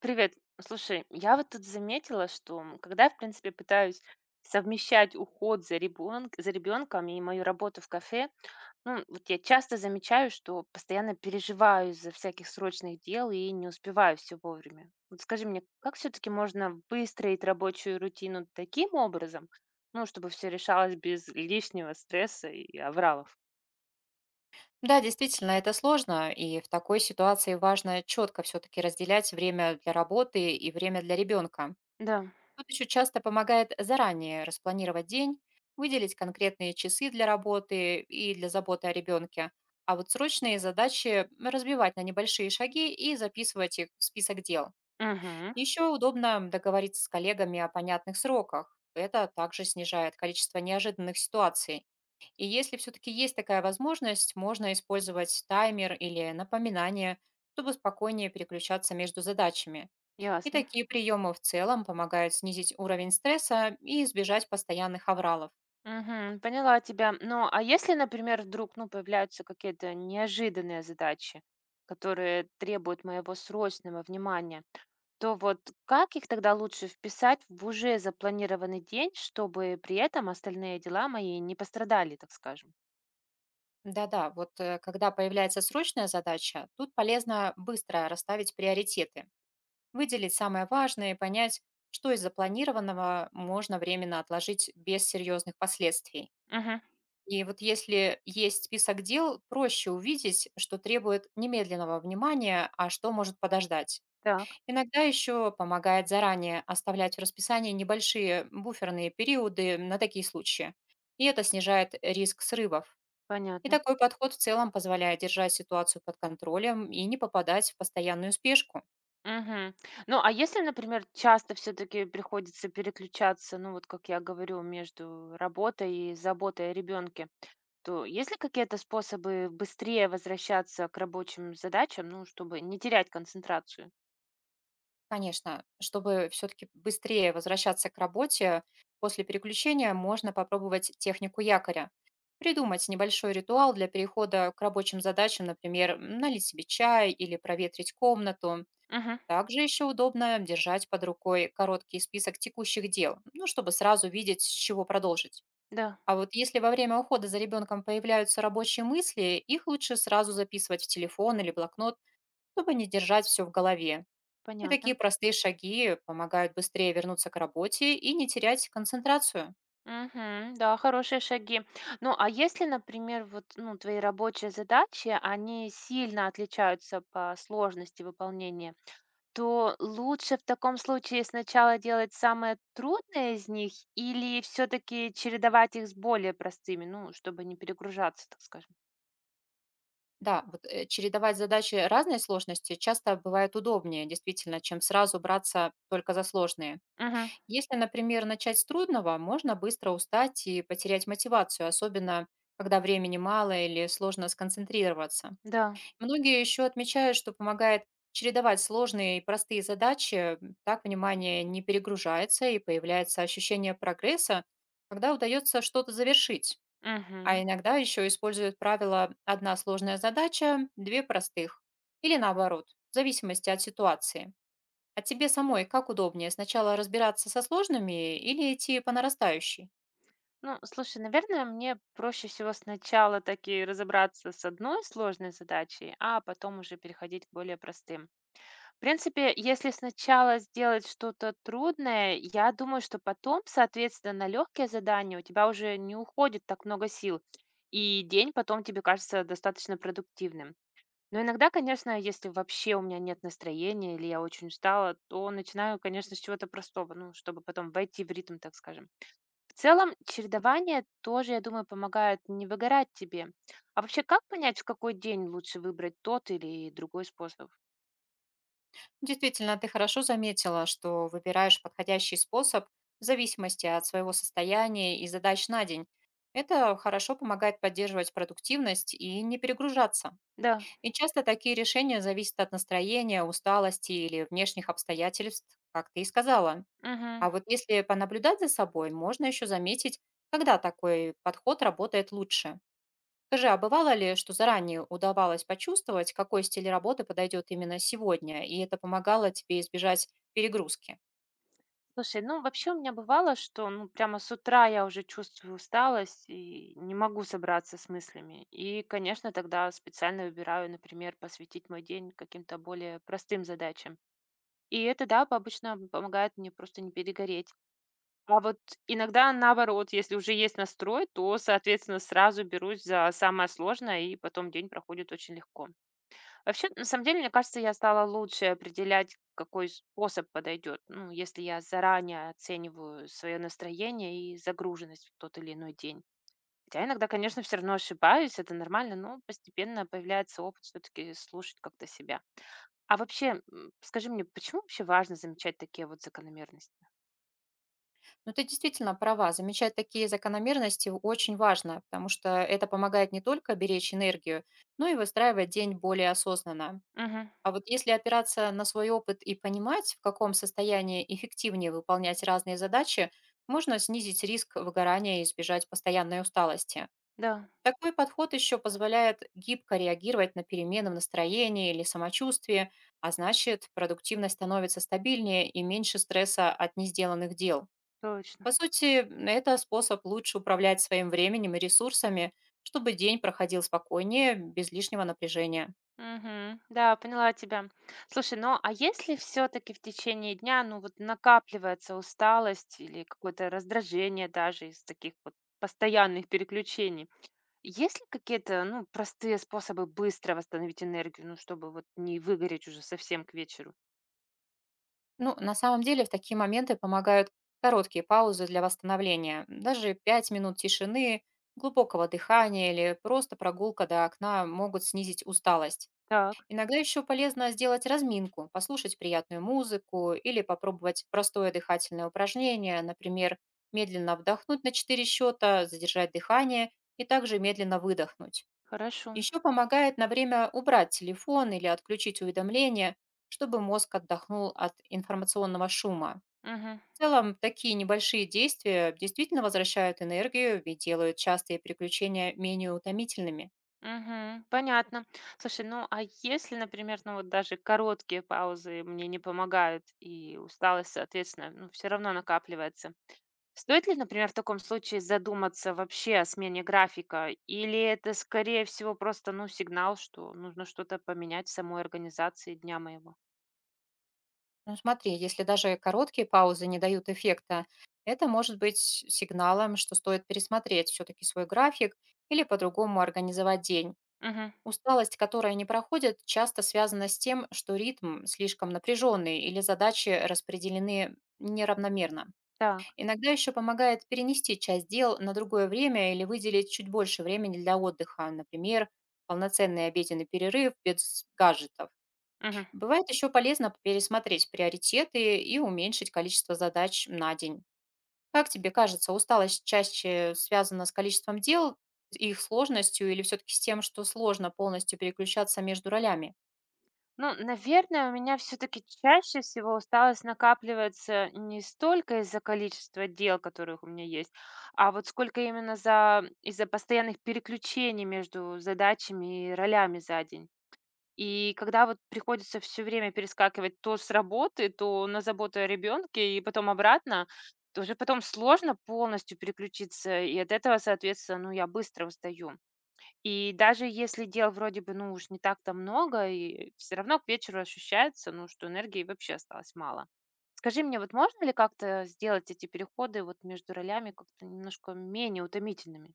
Привет. Слушай, я вот тут заметила, что когда я, в принципе, пытаюсь совмещать уход за ребенком и мою работу в кафе, ну, вот я часто замечаю, что постоянно переживаю из-за всяких срочных дел и не успеваю все вовремя. Вот скажи мне, как все-таки можно выстроить рабочую рутину таким образом, ну, чтобы все решалось без лишнего стресса и авралов? Да, действительно, это сложно, и в такой ситуации важно четко все-таки разделять время для работы и время для ребенка. Да. Тут еще часто помогает заранее распланировать день, выделить конкретные часы для работы и для заботы о ребенке, а вот срочные задачи разбивать на небольшие шаги и записывать их в список дел. Угу. Еще удобно договориться с коллегами о понятных сроках. Это также снижает количество неожиданных ситуаций. И если все-таки есть такая возможность, можно использовать таймер или напоминание, чтобы спокойнее переключаться между задачами. И Ясно. такие приемы в целом помогают снизить уровень стресса и избежать постоянных авралов. Мгм. Поняла тебя. Ну, а если, например, вдруг, ну, появляются какие-то неожиданные задачи, которые требуют моего срочного внимания, то вот как их тогда лучше вписать в уже запланированный день, чтобы при этом остальные дела мои не пострадали, так скажем? Да-да, вот когда появляется срочная задача, тут полезно быстро расставить приоритеты, выделить самое важное и понять, что из запланированного можно временно отложить без серьезных последствий. Угу. И вот если есть список дел, проще увидеть, что требует немедленного внимания, а что может подождать. Так, Иногда еще помогает заранее оставлять в расписании небольшие буферные периоды на такие случаи. И это снижает риск срывов. И понятно. такой подход в целом позволяет держать ситуацию под контролем и не попадать в постоянную спешку. Мгм. Ну, а если, например, часто все-таки приходится переключаться, ну, вот как я говорю, между работой и заботой о ребенке, то есть ли какие-то способы быстрее возвращаться к рабочим задачам, ну, чтобы не терять концентрацию? Конечно, чтобы все-таки быстрее возвращаться к работе, после переключения можно попробовать технику якоря. Придумать небольшой ритуал для перехода к рабочим задачам, например, налить себе чай или проветрить комнату. Мгм. Также еще удобно держать под рукой короткий список текущих дел, ну, чтобы сразу видеть, с чего продолжить. Да, А вот если во время ухода за ребенком появляются рабочие мысли, их лучше сразу записывать в телефон или блокнот, чтобы не держать все в голове. И понятно. такие простые шаги помогают быстрее вернуться к работе и не терять концентрацию. Мгм. Да, хорошие шаги. Ну, а если, например, вот, ну, твои рабочие задачи, они сильно отличаются по сложности выполнения, то лучше в таком случае сначала делать самые трудные из них или все-таки чередовать их с более простыми, ну, чтобы не перегружаться, так скажем? Да, вот чередовать задачи разной сложности часто бывает удобнее, действительно, чем сразу браться только за сложные. Угу. Если, например, начать с трудного, можно быстро устать и потерять мотивацию, особенно когда времени мало или сложно сконцентрироваться. Да. Многие еще отмечают, что помогает чередовать сложные и простые задачи, так внимание не перегружается и появляется ощущение прогресса, когда удается что-то завершить. А Мгм. иногда еще используют правило «одна сложная задача, две простых» или наоборот, в зависимости от ситуации. А тебе самой как удобнее, сначала разбираться со сложными или идти по нарастающей? Ну, слушай, наверное, мне проще всего сначала таки разобраться с одной сложной задачей, а потом уже переходить к более простым. В принципе, если сначала сделать что-то трудное, я думаю, что потом, соответственно, на легкие задания у тебя уже не уходит так много сил, и день потом тебе кажется достаточно продуктивным. Но иногда, конечно, если вообще у меня нет настроения или я очень устала, то начинаю, конечно, с чего-то простого, ну, чтобы потом войти в ритм, так скажем. В целом, чередование тоже, я думаю, помогает не выгорать тебе. А вообще, как понять, в какой день лучше выбрать тот или другой способ? Действительно, ты хорошо заметила, что выбираешь подходящий способ в зависимости от своего состояния и задач на день. Это хорошо помогает поддерживать продуктивность и не перегружаться. Да. И часто такие решения зависят от настроения, усталости или внешних обстоятельств, как ты и сказала. Мгм. А вот если понаблюдать за собой, можно еще заметить, когда такой подход работает лучше. Скажи, а бывало ли, что заранее удавалось почувствовать, какой стиль работы подойдет именно сегодня, и это помогало тебе избежать перегрузки? Слушай, ну вообще у меня бывало, что ну прямо с утра я уже чувствую усталость и не могу собраться с мыслями. И, конечно, тогда специально выбираю, например, посвятить мой день каким-то более простым задачам. И это, да, обычно помогает мне просто не перегореть. А вот иногда наоборот, если уже есть настрой, то, соответственно, сразу берусь за самое сложное, и потом день проходит очень легко. Вообще, на самом деле, мне кажется, я стала лучше определять, какой способ подойдет. Ну, если я заранее оцениваю свое настроение и загруженность в тот или иной день. Хотя иногда, конечно, все равно ошибаюсь, это нормально, но постепенно появляется опыт все-таки слушать как-то себя. А вообще, скажи мне, почему вообще важно замечать такие вот закономерности? Ну, ты действительно права, замечать такие закономерности очень важно, потому что это помогает не только беречь энергию, но и выстраивать день более осознанно. Угу, А вот если опираться на свой опыт и понимать, в каком состоянии эффективнее выполнять разные задачи, можно снизить риск выгорания и избежать постоянной усталости. да, Такой подход еще позволяет гибко реагировать на перемены в настроении или самочувствии, а значит, продуктивность становится стабильнее и меньше стресса от несделанных дел. точно. По сути, это способ лучше управлять своим временем и ресурсами, чтобы день проходил спокойнее, без лишнего напряжения. Мгм. Да, поняла тебя. Слушай, ну а если все-таки в течение дня, ну вот накапливается усталость или какое-то раздражение даже из таких вот постоянных переключений, есть ли какие-то, ну, простые способы быстро восстановить энергию, ну, чтобы вот не выгореть уже совсем к вечеру? Ну, на самом деле, в такие моменты помогают короткие паузы для восстановления. Даже 5 минут тишины, глубокого дыхания или просто прогулка до окна могут снизить усталость. Так, Иногда еще полезно сделать разминку, послушать приятную музыку или попробовать простое дыхательное упражнение, например, медленно вдохнуть на 4 счета, задержать дыхание и также медленно выдохнуть. хорошо. Еще помогает на время убрать телефон или отключить уведомления, чтобы мозг отдохнул от информационного шума. Мгм. В целом, такие небольшие действия действительно возвращают энергию и делают частые приключения менее утомительными. Мгм. Понятно. Слушай, ну а если, например, ну вот даже короткие паузы мне не помогают и усталость, соответственно, ну, все равно накапливается. Стоит ли, например, в таком случае задуматься вообще о смене графика? Или это, скорее всего, просто, ну, сигнал, что нужно что-то поменять в самой организации дня моего? Ну, смотри, если даже короткие паузы не дают эффекта, это может быть сигналом, что стоит пересмотреть все-таки свой график или по-другому организовать день. Мгм. Усталость, которая не проходит, часто связана с тем, что ритм слишком напряженный или задачи распределены неравномерно. Так. Иногда еще помогает перенести часть дел на другое время или выделить чуть больше времени для отдыха, например, полноценный обеденный перерыв без гаджетов. Мгм. Бывает еще полезно пересмотреть приоритеты и уменьшить количество задач на день. Как тебе кажется, усталость чаще связана с количеством дел, их сложностью или все-таки с тем, что сложно полностью переключаться между ролями? Ну, наверное, у меня все-таки чаще всего усталость накапливается не столько из-за количества дел, которых у меня есть, а вот сколько именно за из-за постоянных переключений между задачами и ролями за день. И когда вот приходится все время перескакивать то с работы, то на заботу о ребенке и потом обратно, то уже потом сложно полностью переключиться, и от этого, соответственно, ну, я быстро устаю. И даже если дел вроде бы, ну, уж не так-то много, и все равно к вечеру ощущается, ну, что энергии вообще осталось мало. Скажи мне, вот можно ли как-то сделать эти переходы вот между ролями как-то немножко менее утомительными?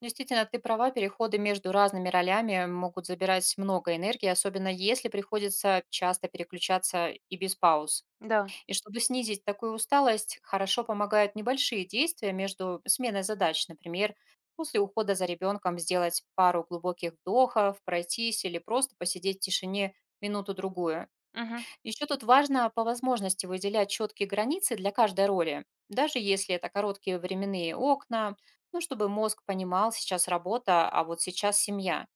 Действительно, ты права, переходы между разными ролями могут забирать много энергии, особенно если приходится часто переключаться и без пауз. Да. И чтобы снизить такую усталость, хорошо помогают небольшие действия между сменой задач. Например, после ухода за ребенком сделать пару глубоких вдохов, пройтись или просто посидеть в тишине минуту-другую. Угу. Еще тут важно по возможности выделять четкие границы для каждой роли, даже если это короткие временные окна, ну, чтобы мозг понимал, сейчас работа, а вот сейчас семья.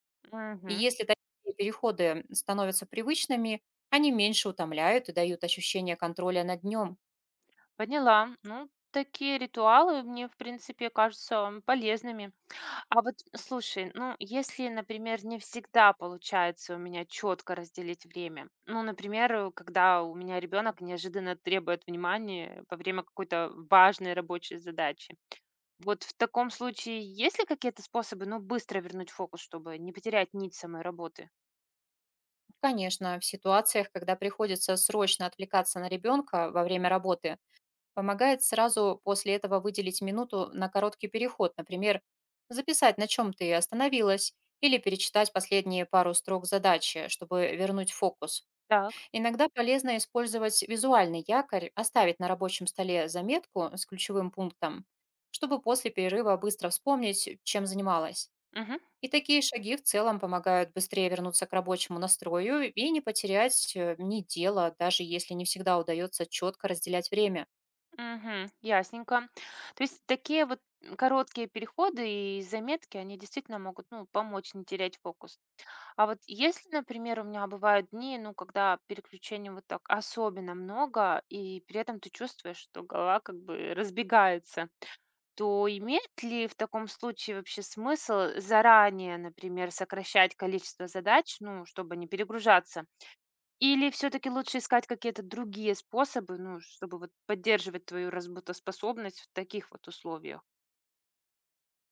И Мгм. если такие переходы становятся привычными, они меньше утомляют и дают ощущение контроля над днем. Поняла. Ну, такие ритуалы мне, в принципе, кажутся полезными. А вот слушай, ну, если, например, не всегда получается у меня четко разделить время, ну, например, когда у меня ребенок неожиданно требует внимания во время какой-то важной рабочей задачи. Вот в таком случае есть ли какие-то способы, ну, быстро вернуть фокус, чтобы не потерять нить самой работы? Конечно, в ситуациях, когда приходится срочно отвлекаться на ребенка во время работы, помогает сразу после этого выделить минуту на короткий переход, например, записать, на чем ты остановилась, или перечитать последние пару строк задачи, чтобы вернуть фокус. Так. Иногда полезно использовать визуальный якорь, оставить на рабочем столе заметку с ключевым пунктом, чтобы после перерыва быстро вспомнить, чем занималась. Мгм. И такие шаги в целом помогают быстрее вернуться к рабочему настрою и не потерять ни дело, даже если не всегда удается четко разделять время. Мгм. Ясненько. То есть такие вот короткие переходы и заметки, они действительно могут, ну, помочь не терять фокус. А вот если, например, у меня бывают дни, ну, когда переключений вот так особенно много, и при этом ты чувствуешь, что голова как бы разбегается, то имеет ли в таком случае вообще смысл заранее, например, сокращать количество задач, ну, чтобы не перегружаться? Или все таки лучше искать какие-то другие способы, ну, чтобы вот поддерживать твою работоспособность в таких вот условиях?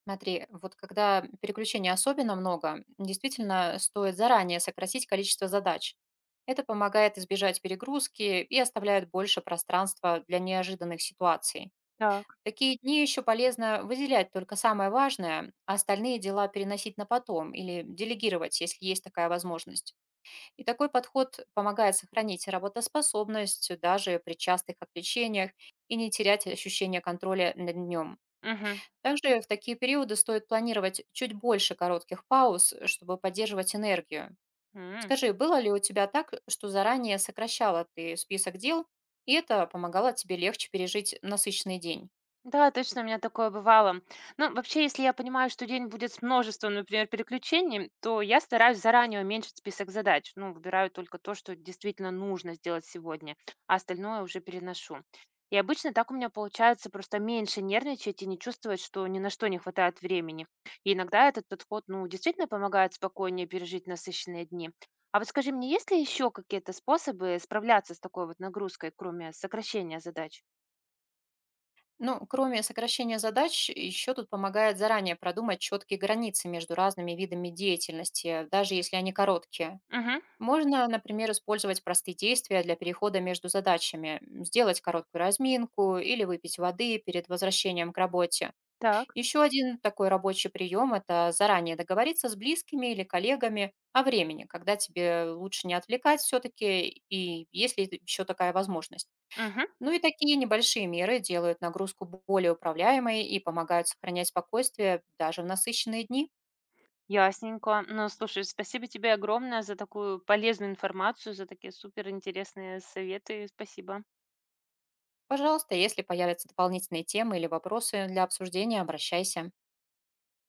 Смотри, вот когда переключений особенно много, действительно стоит заранее сократить количество задач. Это помогает избежать перегрузки и оставляет больше пространства для неожиданных ситуаций. Так. В такие дни еще полезно выделять только самое важное, а остальные дела переносить на потом или делегировать, если есть такая возможность. И такой подход помогает сохранить работоспособность даже при частых отвлечениях и не терять ощущение контроля над днем. Угу. Также в такие периоды стоит планировать чуть больше коротких пауз, чтобы поддерживать энергию. Скажи, было ли у тебя так, что заранее сокращала ты список дел, и это помогало тебе легче пережить насыщенный день? Да, точно, у меня такое бывало. Ну, вообще, если я понимаю, что день будет с множеством, например, переключений, то я стараюсь заранее уменьшить список задач. Ну, выбираю только то, что действительно нужно сделать сегодня, а остальное уже переношу. И обычно так у меня получается просто меньше нервничать и не чувствовать, что ни на что не хватает времени. И иногда этот подход, ну, действительно помогает спокойнее пережить насыщенные дни. А вот скажи мне, есть ли еще какие-то способы справляться с такой вот нагрузкой, кроме сокращения задач? Ну, кроме сокращения задач, еще тут помогает заранее продумать четкие границы между разными видами деятельности, даже если они короткие. Угу, Можно, например, использовать простые действия для перехода между задачами, сделать короткую разминку или выпить воды перед возвращением к работе. так. Еще один такой рабочий прием– это заранее договориться с близкими или коллегами о времени, когда тебе лучше не отвлекать все-таки, и есть ли еще такая возможность. Угу. Ну и такие небольшие меры делают нагрузку более управляемой и помогают сохранять спокойствие даже в насыщенные дни. Ясненько. Ну, слушай, спасибо тебе огромное за такую полезную информацию, за такие суперинтересные советы. Спасибо. Пожалуйста, если появятся дополнительные темы или вопросы для обсуждения, обращайся.